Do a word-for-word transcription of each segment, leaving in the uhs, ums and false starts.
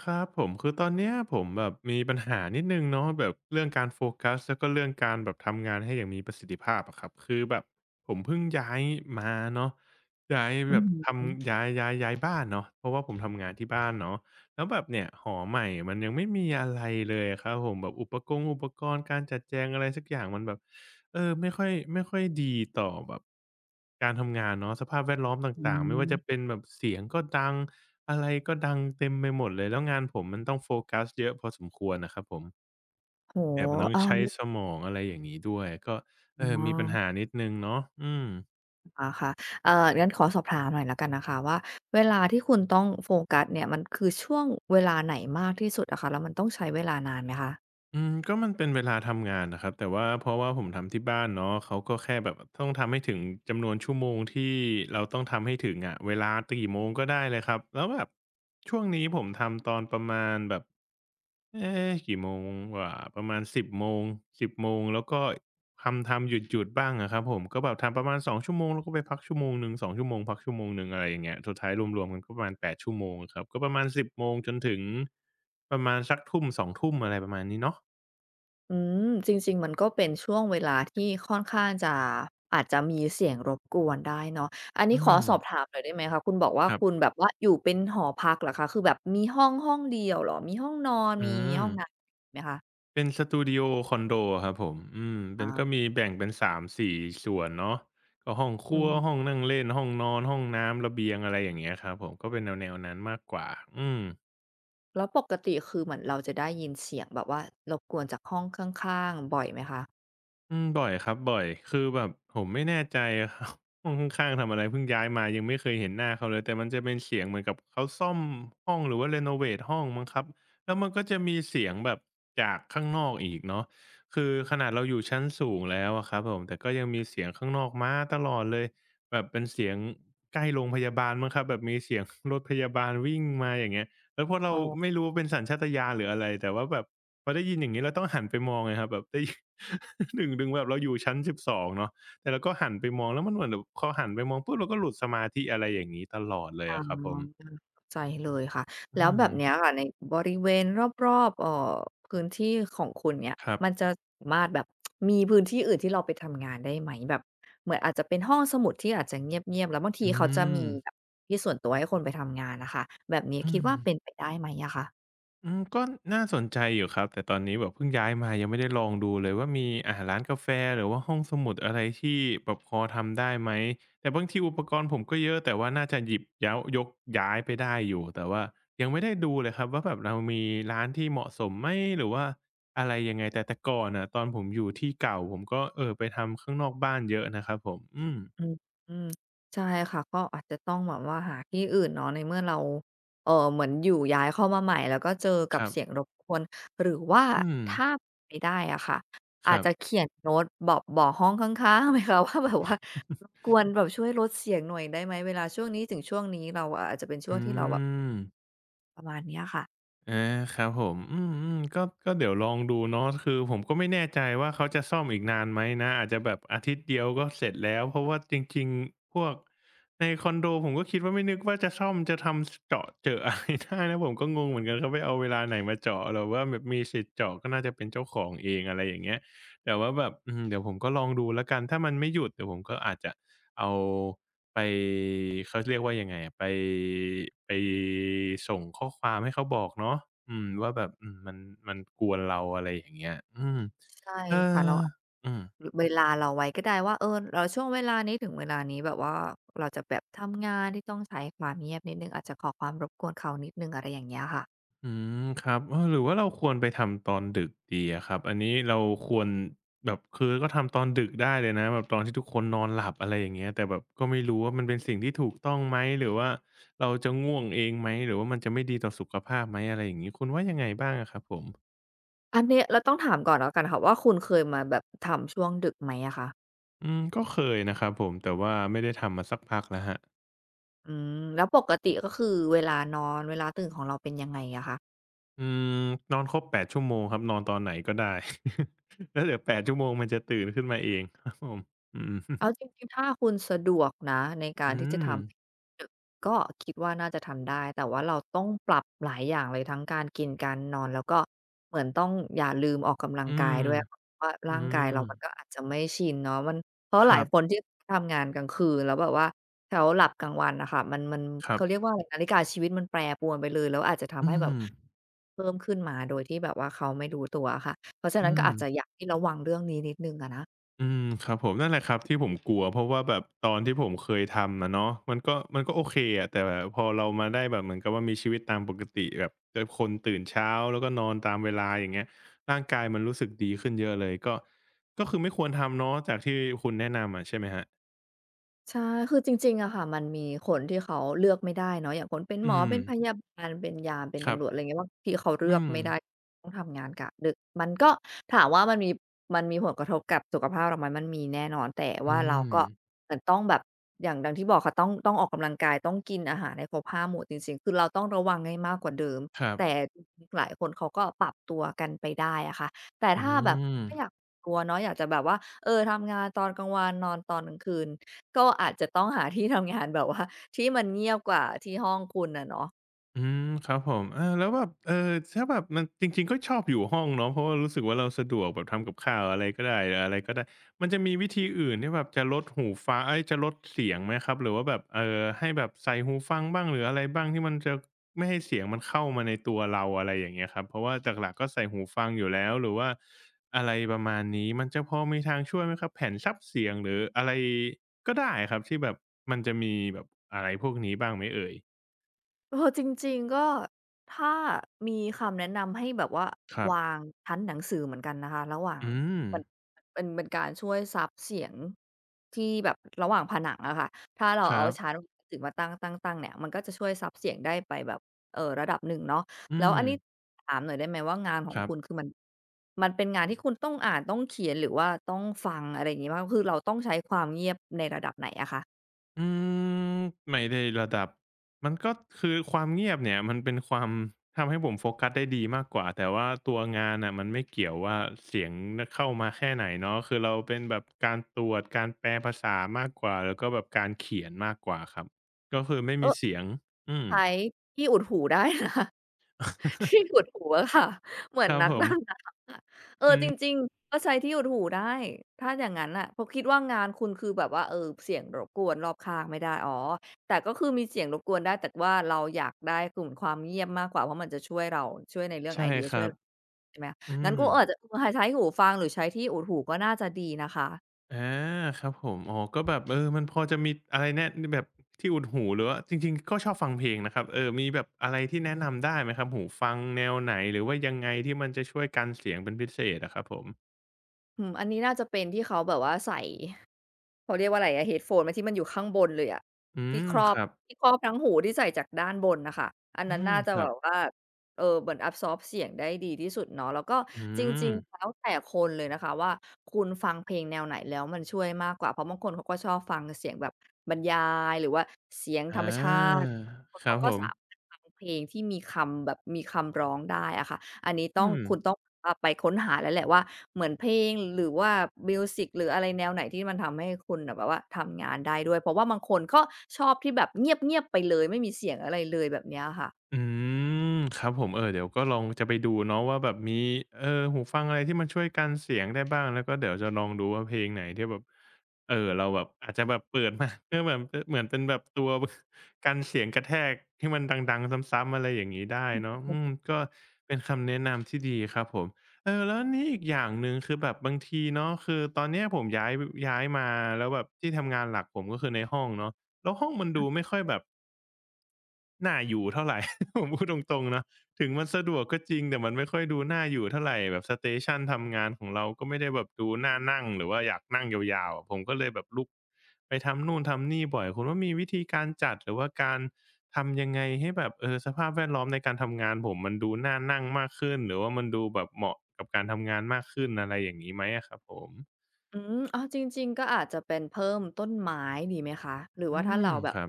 ครับผมคือตอนเนี้ยผมแบบมีปัญหานิดหนึ่งเนาะแบบเรื่องการโฟกัสแล้วก็เรื่องการแบบทำงานให้อย่างมีประสิทธิภาพอะครับคือแบบผมเพิ่งย้ายมาเนาะย้ายอืแบอบฮทึำย้ายย้ายย้ายบ้านเนาะเพราะว่าผมทำงานที่บ้านเนาะ แล้วแบบเนี่ยหอใหม่มันยังไม่มีอะไรเลยอะครับผมแบบอุปกงอุปกรณ์การจัดแจงอะไรสักอย่างมันแบบเออไม่ค่อยไม่ค่อยดีต่อแบบการทำงานเนาะสภาพแวดล้อมตอื่างๆไม่ว่าจะมเป็นแบบเสียงก็ดังอะไรก็ดังเต็มไปหมดเลยแล้วงานผมมันต้องโฟกัสเยอะพอสมควรน่ะครับผมโอ้แถโฮมมันต้องเออใช้สมองอะไรอย่างงี้ด้วยก็เออมีปัญหานิดหนึ่งเนาะอืม อ๋อค่ะๆเอ่องั้นขอสอบถามหน่อยแล้วกันนะคะว่าเวลาที่คุณต้องโฟกัสเนี่ยมันคือช่วงเวลาไหนมากที่สุดอะคะแล้วมันต้องใช้เวลานานไหมคะอืมก็มันเป็นเวลาทำงานนะครับแต่ว่าเพราะว่าผมทำที่บ้านเนาะเขาก็แค่แบบต้องทำให้ถึงจำนวนชั่วโมงที่เราต้องทำให้ถึงอะเวลากี่โมงก็ได้เลยครับแล้วแบบช่วงนี้ผมทำตอนประมาณแบบเอ๊ะกี่โมงวะประมาณ10โมงสิบโมงแล้วก็ทำทำหยุดๆบ้างอะครับผมก็แบบทำประมาณสองชั่วโมงแล้วก็ไปพักชั่วโมงหนึ่งสองชั่วโมงพักชั่วโมงหนึ่งอะไรอย่างเงี้ยสุดท้ายรวมๆกันก็ประมาณแปดชั่วโมงอะครับก็ประมาณสิบโมงจนถึงประมาณสักทุ่มสองทุ่มอะไรประมาณนี้เนาะ อืมจริงๆมันก็เป็นช่วงเวลาที่ค่อนข้างจะอาจจะมีเสียงรบกวนได้เนาะอันนี้อืขอมสอบถามหน่อยได้ไหมคะคุณบอกว่าครัคุณบแบบว่าอยู่เป็นหอพักเหรอคะคือแบบมีห้องห้องเดียวเหรอมีห้องนอนอืมีมห้องน้ำไหมคะเป็นสตูดิโอคอนโดอะครับผมอืมเป็นอาก็มีแบ่งเป็นสามถึงสี่ส่ส่วนเนาะก็ห้องคอืรัวม ห้องนั่งเล่นห้องนอนห้องน้ำระเบียงอะไรอย่างเงี้ยครับผมก็เป็นแนวๆนั้นมากกว่าอืม แล้วปกติคือเหมือนเราจะได้ยินเสียงแบบว่ารบกวนจากห้องข้างๆบ่อยไหมคะอืมบ่อยครับบ่อยคือแบบผมไม่แน่ใจครับ ห้องข้างๆทำอะไรเพิ่งย้ายมายังไม่เคยเห็นหน้าเขาเลยแต่มันจะเป็นเสียงเหมือนกับเขาซ่อมห้องหรือว่าเรโนเวตห้องมั้งครับแล้วมันก็จะมีเสียงแบบจากข้างนอกอีกเนาะคือขนาดเราอยู่ชั้นสูงแล้วอะครับผมแต่ก็ยังมีเสียงข้างนอกมาตลอดเลยแบบเป็นเสียงใกล้โรงพยาบาลมั้งครับแบบมีเสียงรถพยาบาลวิ่งมาอย่างเงี้ยแล้วพอเราอ๋อไม่รู้ว่าเป็นสัญชาตญาณหรืออะไรแต่ว่าแบบ พอได้ยินอย่างงี้เราต้องหันไปมองไงครับแบบได้ ถึง ดึงแบบเราอยู่ชั้นสิบสองเนาะแต่เราก็หันไปมองแล้วมันเหมือนแบบพอหันไปมองปุ๊บเราก็หลุดสมาธิอะไรอย่างนี้ตลอดเลยเข้าอะครับผมใจเลยค่ะอืแล้วแบมบเนี้ยค่ะในบริเวณรอบๆเอ่อพื้นที่ของคุณเนี่ยครัมันบจะสามารถแบบมีพื้นที่อื่นที่เราไปทำงานได้ไหมแบบเหมือนอาจจะเป็นห้องสมุดที่อาจจะเงียบๆแล้วบางทีอืเขาจะมมีแบบที่ส่วนตัวให้คนไปทำงานน่ะค่ะแบบนี้อืคิดม ว่าเป็นไปได้ไหมอะคะ อืมก็น่าสนใจอยู่ครับแต่ตอนนี้แบบเพิ่งย้ายมายังไม่ได้ลองดูเลยว่ามีอ่าร้านกาแฟหรือว่าห้องสมุดอะไรที่แบบพอทำได้ไหมแต่บางทีอุปกรณ์ผมก็เยอะแต่ว่าน่าจะหยิบย้าวยกย้ายไปได้อยู่แต่ว่ายังไม่ได้ดูเลยครับว่าแบบเรามีร้านที่เหมาะสมไหมหรือว่าอะไรยังไงแต่แต่ก่อนน่ะตอนผมอยู่ที่เก่าผมก็เอ่อไปทำข้างนอกบ้านเยอะนะครับผมอืมอืมอืมใช่ค่ะก็อาจจะต้องแบบว่าหาที่อื่นเนาะในเมื่อเราเออเหมือนอยู่ย้ายเข้ามาใหม่แล้วก็เจอกัคบรับเสียงรบกวนหรือว่าอืมถ้าเป็ไปได้อะค่ะคอาจรับจะเขียนโน้ตบอกบอกห้องข้างๆไหมคะ ว่าแบบว่ารบกวนแบบช่วยลดเสียงหน่อยได้ไหมเวลาช่วงนี้ถึงช่วงนี้เราอาจจะเป็นช่วงอืที่เราแบบม ประมาณเนี้ยค่ะ อาครับผมอืมๆก็ก็เดี๋ยวลองดูเนาะคือผมก็ไม่แน่ใจว่าเขาจะซ่อมอีกนานไหมนะอาจจะแบบอาทิตย์เดียวก็เสร็จแล้วเพราะว่าจริงๆพวกในคอนโดผมก็คิดว่าไม่นึกว่าจะซ่อมจะทำเจาะเจอะ อะไรได้นะผมก็งงเหมือนกันเขาไปเอาเวลาไหนมาเจาะหรือว่าแบบมีสิทธิ์เจาะก็น่าจะเป็นเจ้าของเองอะไรอย่างเงี้ยแต่ว่าแบบอืมเดี๋ยวผมก็ลองดูแล้วกันถ้ามันไม่หยุดเดี๋ยวผมก็อาจจะ เอาไปเขาเรียกว่ายังไงอะไปไปส่งข้อความให้เขาบอกเนาะอืมว่าแบบอืมมันมันกวนเราอะไรอย่างเงี้ยอืมใช่เออค่ะเราอืมเวลาเราไว้ก็ได้ว่าเออเราช่วงเวลานี้ถึงเวลานี้แบบว่าเราจะแบบทำงานที่ต้องใช้ความเงียบนิดหนึ่งอาจจะขอความรบกวนเขานิดหนึ่งอะไรอย่างเงี้ยค่ะอืมครับเออหรือว่าเราควรไปทำตอนดึกดีอะครับอันนี้เราควรแบบคือก็ทำตอนดึกได้เลยนะแบบตอนที่ทุกคนนอนหลับอะไรอย่างเงี้ยแต่แบบก็ไม่รู้ว่ามันเป็นสิ่งที่ถูกต้องไหมหรือว่าเราจะง่วงเองไหมหรือว่ามันจะไม่ดีต่อสุขภาพไหมอะไรอย่างงี้คุณว่ายังไงบ้างอะครับผม อันนี้เราต้องถามก่อนแล้วกันค่ะว่าคุณเคยมาแบบทำช่วงดึกไหมอะคะอืมก็เคยนะครับผมแต่ว่าไม่ได้ทำมาสักพักแล้วครับอืมแล้วปกติก็คือเวลานอนเวลาตื่นของเราเป็นยังไงอะคะ อืมนอนครบแปดชั่วโมงครับนอนตอนไหนก็ได้ แล้วเดี๋ยวแปดชั่วโมงมันจะตื่นขึ้นมาเอง ครับผมอืมเอาจริงๆถ้าคุณสะดวกนะในการอืที่จะทมอำดึกก็คิดว่าน่าจะทำได้แต่ว่าเราต้องปรับหลายอย่างเลยทั้งการกินการนอนแล้วก็เหมือนต้องอย่าลืมออกกำลังอืกายมด้วยเพราะว่าอืร่างกามยเรามันก็อาจจะไม่ชินเนาะมันเพราะคหลารัยคนบที่ทำงานกลางคืนแล้วแบบว่าเขาหลับกลางวันน่ะค่ะมันมันครัเขาเรียกบว่าอะไรนาฬิกาชีวิตมันแปรปรวนไปเลยแล้วอาจจะอืทำให้แบบมเพิ่มขึ้นมาโดยที่แบบว่าเขาไม่รู้ตัวอะค่ะเพราะฉะนั้อืนก็ม อาจจะอยากให้ระวังเรื่องนี้นิดหนึ่งอะนะ อืมครับผมนั่นแหละครับที่ผมกลัวเพราะว่าแบบตอนที่ผมเคยทำอะเนาะมันก็มันก็โอเคอะแต่แบบพอเรามาได้แบบเหมือนกับว่ามีชีวิตตามปกติแบบเป็นคนตื่นเช้าแล้วก็นอนตามเวลาอย่างเงี้ยร่างกายมันรู้สึกดีขึ้นเยอะเลยก็ก็คือไม่ควรทำเนาะจากที่คุณแนะนำอะใช่ไหมครับใช่คือจริงๆอะค่ะมันมีคนที่เขาเลือกไม่ได้เนาะอย่างคนเป็นหมอือมเป็นพยาบาลเป็นยามเป็นครัตำรวจอะไรบเงี้ยบางทีเขาเลืออืกมไม่ได้ต้องทำงานกะดึกมันก็ถามว่ามันมีมันมีผลกระทบกับสุขภาพเราไหมมันมีแน่นอนแต่ว่าอืเรามก็เหมือนต้องแบบอย่างดังที่บอกค่ะต้องต้องออกกำลังกาย ต้องกินอาหารให้ครบห้าหมู่จริงๆคือเราต้องระวังให้มากกว่าเดิมครับแต่จริงๆหลายคนเขาก็ปรับตัวกันไปได้อะค่ะ แต่อืถ้าแบบไม่อยากม กลัวเนาะอยากจะแบบว่าเออทำงานตอนกลางวันนอนตอนกลางคืนก็อาจจะต้องหา ที่ทำงานแบบว่าที่มันเงียบกว่าที่ห้องคุณอะเนาะ อืมครับผมอาแล้วแบบเอ่อถ้าแบบมันจริงๆก็ชอบอยู่ห้องเนาะเพราะว่ารู้สึกว่าเราสะดวกแบบทำกับข้าวอะไรก็ได้อะไรก็ได้มันจะมีวิธีอื่นที่แบบจะลดหูฟ้าเอ๊ยจะลดเสียงไหมครับหรือว่าแบบเอ่อให้แบบใส่หูฟังบ้างหรืออะไรบ้างที่มันจะไม่ให้เสียงมันเข้ามาในตัวเราอะไรอย่างเงี้ยครับเพราะว่าหลักๆก็ใส่หูฟังอยู่แล้วหรือว่าอะไรประมาณนี้มันจะพอมีทางช่วยไหมครับแผ่นซับเสียงหรืออะไรก็ได้ครับที่แบบมันจะมีแบบอะไรพวกนี้บ้างไหมเอ่ยเออจริงๆก็ถ้ามีคำแนะนำให้แบบว่าครับ วางชั้นหนังสือเหมือนกันนะคะระหว่างอืมมันมันเป็นการช่วยซับเสียงที่แบบระหว่างผนังอะค่ะถ้าเราคเอารับชั้นหนังสือมาตั้งๆๆเนี่ยมันก็จะช่วยซับเสียงได้ไปแบบเอ่อระดับหนึ่งเนาะอืแล้วมอันนี้ถามหน่อยได้ไหมว่างานขอคงรัคุณคืบอมันมันเป็นงานที่คุณต้องอ่านต้องเขียนหรือว่าต้องฟังอะไรอย่างงี้บ้างคือเราต้องใช้ความเงียบในระดับไหนอะคะอืมไม่ได้ระดับมันก็คือความเงียบเนี่ยมันเป็นความทำให้ผมโฟกัสได้ดีมากกว่าแต่ว่าตัวงานน่ะมันไม่เกี่ยวว่าเสียงน่ะเข้ามาแค่ไหนเนาะคือเราเป็นแบบการตรวจการแปลภาษามากกว่าแล้วก็แบบการเขียนมากกว่าครับก็คือไม่เอมีอเสียงอืม ใช้ที่อุดหูได้นะ ที่ขุ ดหูอะค่ะเหมือคนรับนักผมดำน้ำอะเออจริงๆก็ใช้ที่ขุดหูได้ถ้าอย่างงั้นน่ะเพราะคิดว่างานคุณคือแบบว่าเออเสียงรบกวนรอบข้างไม่ได้อ๋อแต่ก็คือมีเสียงรบกวนได้แต่ว่าเราอยากได้กลุ่มความเงียบมากกว่าเพราะมันจะช่วยเราช่วยในเรื่องใช่ไอเดียคช่รัวยบใช่ไหมอืงั้นม ก็อาจจะเออใช้หูฟังหรือใช้ที่อุดหูก็น่าจะดีนะคะอาครับผมอ๋อก็แบบเออมันพอจะมีอะไรแนะแบบที่อุดหูหรือว่าจริงๆก็ชอบฟังเพลงนะครับเออมีแบบอะไรที่อืแนะมนำได้ไหมครับหูฟังแนวไหนหรือว่ายังไงที่มันจะช่วยกันเสียงเป็นพิเศษอะครับผมอืมอันนี้น่าจะเป็นที่เขาแบบว่าใส่ เขาเรียกว่าอะไรอะ headphone ไหมที่มันอยู่ข้างบนเลยอะอืที่มครอคบรับที่ครอบทั้งหูที่ใส่จากด้านบนน่ะค่ะอันอืนั้นมน่าจะครัแบบบว่าเอ่อเหมือน absorb เสียงได้ดีที่สุดเนาะแล้วก็อืจริมงๆแล้วแต่คนเลยนะคะว่าคุณฟังเพลงแนวไหนแล้วมันช่วยมากกว่าเพราะบางคนเขาก็ชอบฟังเสียงแบบบรรยายหรือว่าเสียงธรอารมชาติบางคนครัเขาบก็ผสามามรถฟังเพลงที่มีคำแบบมีคำร้องได้อะค่ะ อันนี้ต้ออืงม คุณต้องอ่าไปค้นหาแล้วแหละว่าเหมือนเพลงหรือว่ามิวสิกหรืออะไรแนวไหนที่มันทำให้คุณน่ะแบบว่าทำงานได้ด้วยเพราะว่าบางคนก็ชอบที่แบบเงียบๆไปเลยไม่มีเสียงอะไรเลยแบบเนี้ยค่ะอืมครับผมเออเดี๋ยวก็ลองจะไปดูเนาะว่าแบบมีเอ่อหูฟังอะไรที่มันช่วยกันเสียงได้บ้างแล้วก็เดี๋ยวจะลองดูว่าเพลงไหนที่แบบเอ่อเราแบบอาจจะแบบเปิดมา เพื่อแบบเออเหมือนเป็นแบบตัวกันเสียงกระแทกที่มันดังๆซ้ำๆอะไรอย่างงี้ได้เนาะอืมก็เป็นคำแนะนำที่ดีครับผมเออแล้วนี่อีกอย่างหนึ่งคือแบบบางทีเนาะคือตอนเนี้ยผมย้ายย้ายมาแล้วแบบที่ทำงานหลักผมก็คือในห้องเนาะแล้วห้องมันดูไม่ค่อยแบบ น่าอยู่เท่าไร ผมพูดตรงๆเนาะถึงมันสะดวกก็จริงแต่มันไม่ค่อยดูน่าอยู่เท่าไหรแบบสเตชันทำงานของเราก็ไม่ได้แบบดูน่านั่งหรือว่าอยากนั่งยาวๆอะผมก็เลยแบบลุกไปทำนู่นทำนี่บ่อยคุณว่ามีวิธีการจัดหรือว่าการทำยังไงให้แบบเออสภาพแวดล้อมในการทำงานผมมันดูน่านั่งมากขึ้นหรือว่ามันดูแบบเหมาะกับการทำงานมากขึ้นอะไรอย่างนี้ไหมอะครับผมอืมอ้าวจริงๆก็อาจจะเป็นเพิ่มต้นไม้ดีไหมคะหรืออืว่าถ้ามเราแบคบรับ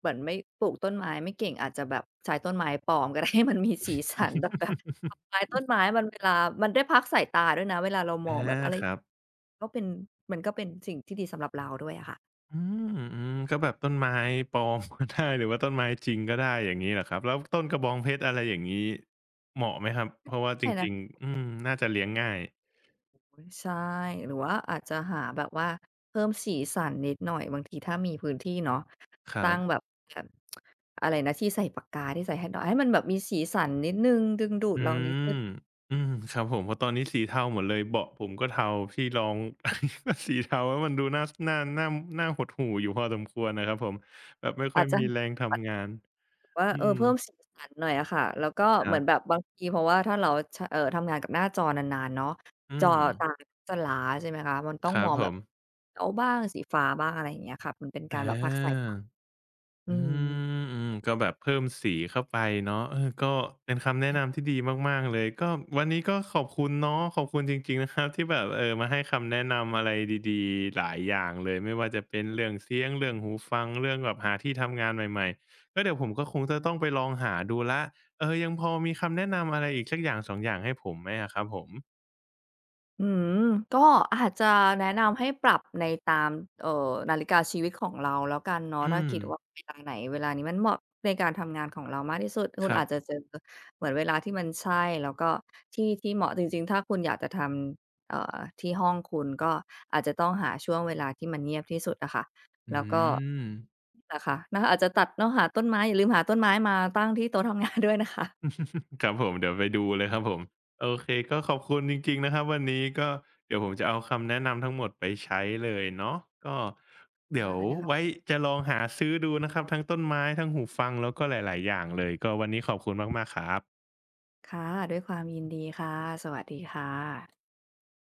เหมือนไม่ปลูกต้นไม้ไม่เก่งอาจจะแบบใช้ต้นไม้ปลอมก็ได้ ให้มันมีสีสันแบบแบบ ดอกไม้ต้นไม้มันเวลามันได้พักสายตาด้วยนะเวลาเรามองอาแบบอะไรครับ ก็เป็นมันก็เป็นสิ่งที่ดีสำหรับเราด้วยอะค่ะ อืมอืมก็แบบต้นไม้ปลอมก็ได้หรือว่าต้นไม้จริงก็ได้อย่างงี้เหรอครับแล้วต้นกระบองเพชรอะไรอย่างงี้เหมาะไหมครับเพราะว่าจใช่แล้วริงๆอืมน่าจะเลี้ยงง่ายใช่หรือว่าอาจจะหาแบบว่าเพิ่มสีสันนิดหน่อยบางทีถ้ามีพื้นที่เนาะครัตั้งแบบบแบบอะไรนะที่ใส่ปากกาที่ใส่แฮนด์เอาให้มันแบบมีสีสันนิดหนึ่งดึงดูดอืเรานิดมหนึ่งอืมครับผมเพราะตอนนี้สีเทาหมดเลยเบาะผมก็เทาที่รอง ก็สีเทาแล้วมันดูน่าสน่าน่าน่าหดหู่อยู่พอสมควรนะครับผมแบบไม่ค่อาอยจจะมีแรงทำงานแบบว่าอืเออมเพิ่มสีสันหน่อยอะค่ะแล้วก็คเหรัมือนแบบบบางทีเพราะว่าถ้าเราชเอ่อทำงานกับหน้าจอนานๆเนาะอืจอมตาจะล้าใช่ไหมคะมันต้อคงรัมบองผแบบมเขียวบ้างสีฟ้าบ้างอะไรอย่างเงี้ยค่ะมันเป็นกาอา รแบบผลักใสอือืม มอืมก็แบบเพิ่มสีเข้าไปเนาะเออก็เป็นคำแนะนำที่ดีมากๆเลยก็วันนี้ก็ขอบคุณเนาะขอบคุณจริงๆนะครับที่แบบเออมาให้คำแนะนำอะไรดีๆหลายอย่างเลยไม่ว่าจะเป็นเรื่องเสียงเรื่องหูฟังเรื่องแบบหาที่ทำงานใหม่ๆก็เดี๋ยวผมก็คงจะต้องไปลองหาดูแล้วเออยังพอมีคำแนะนำอะไรอีกสักอย่างสององอย่างให้ผมไหมอะครับผมอืมก็อาจจะแนะนำให้ปรับในตามเอ่อนาฬิกาชีวิตของเราแล้วกันเนาะอืถ้ามคิดว่าเวลาไหนเวลานี้มันเหมาะในการทำงานของเรามากที่สุดคุคณรัอาจจะบเจอเหมือนเวลาที่มันใช่แล้วก็ที่ที่เหมาะจริงๆถ้าคุณอยากจะทำเอ่อที่ห้องคุณก็อาจจะต้องหาช่วงเวลาที่มันเงียบที่สุดอะค่ะอืแล้วก็ม นะคะนะคะอาจจะตัดเนาะหาต้นไม้อย่าลืมหาต้นไม้มาตั้งที่โต๊ะทำงานด้วยนะคะ ครับผมเดี๋ยวไปดูเลยครับผมโอเคก็ขอบคุณจริงๆนะครับวันนี้ก็เดี๋ยวผมจะเอาคำแนะนำทั้งหมดไปใช้เลยเนาะก็ อาเดี๋ยวด้วยความไว้จะลองหาซื้อดูนะครับทั้งต้นไม้ทั้งหูฟังแล้วก็หลายๆอย่างเลยก็วันนี้ขอบคุณมากๆครับค่ะด้วยความยินดีค่ะสวัสดีค่ะ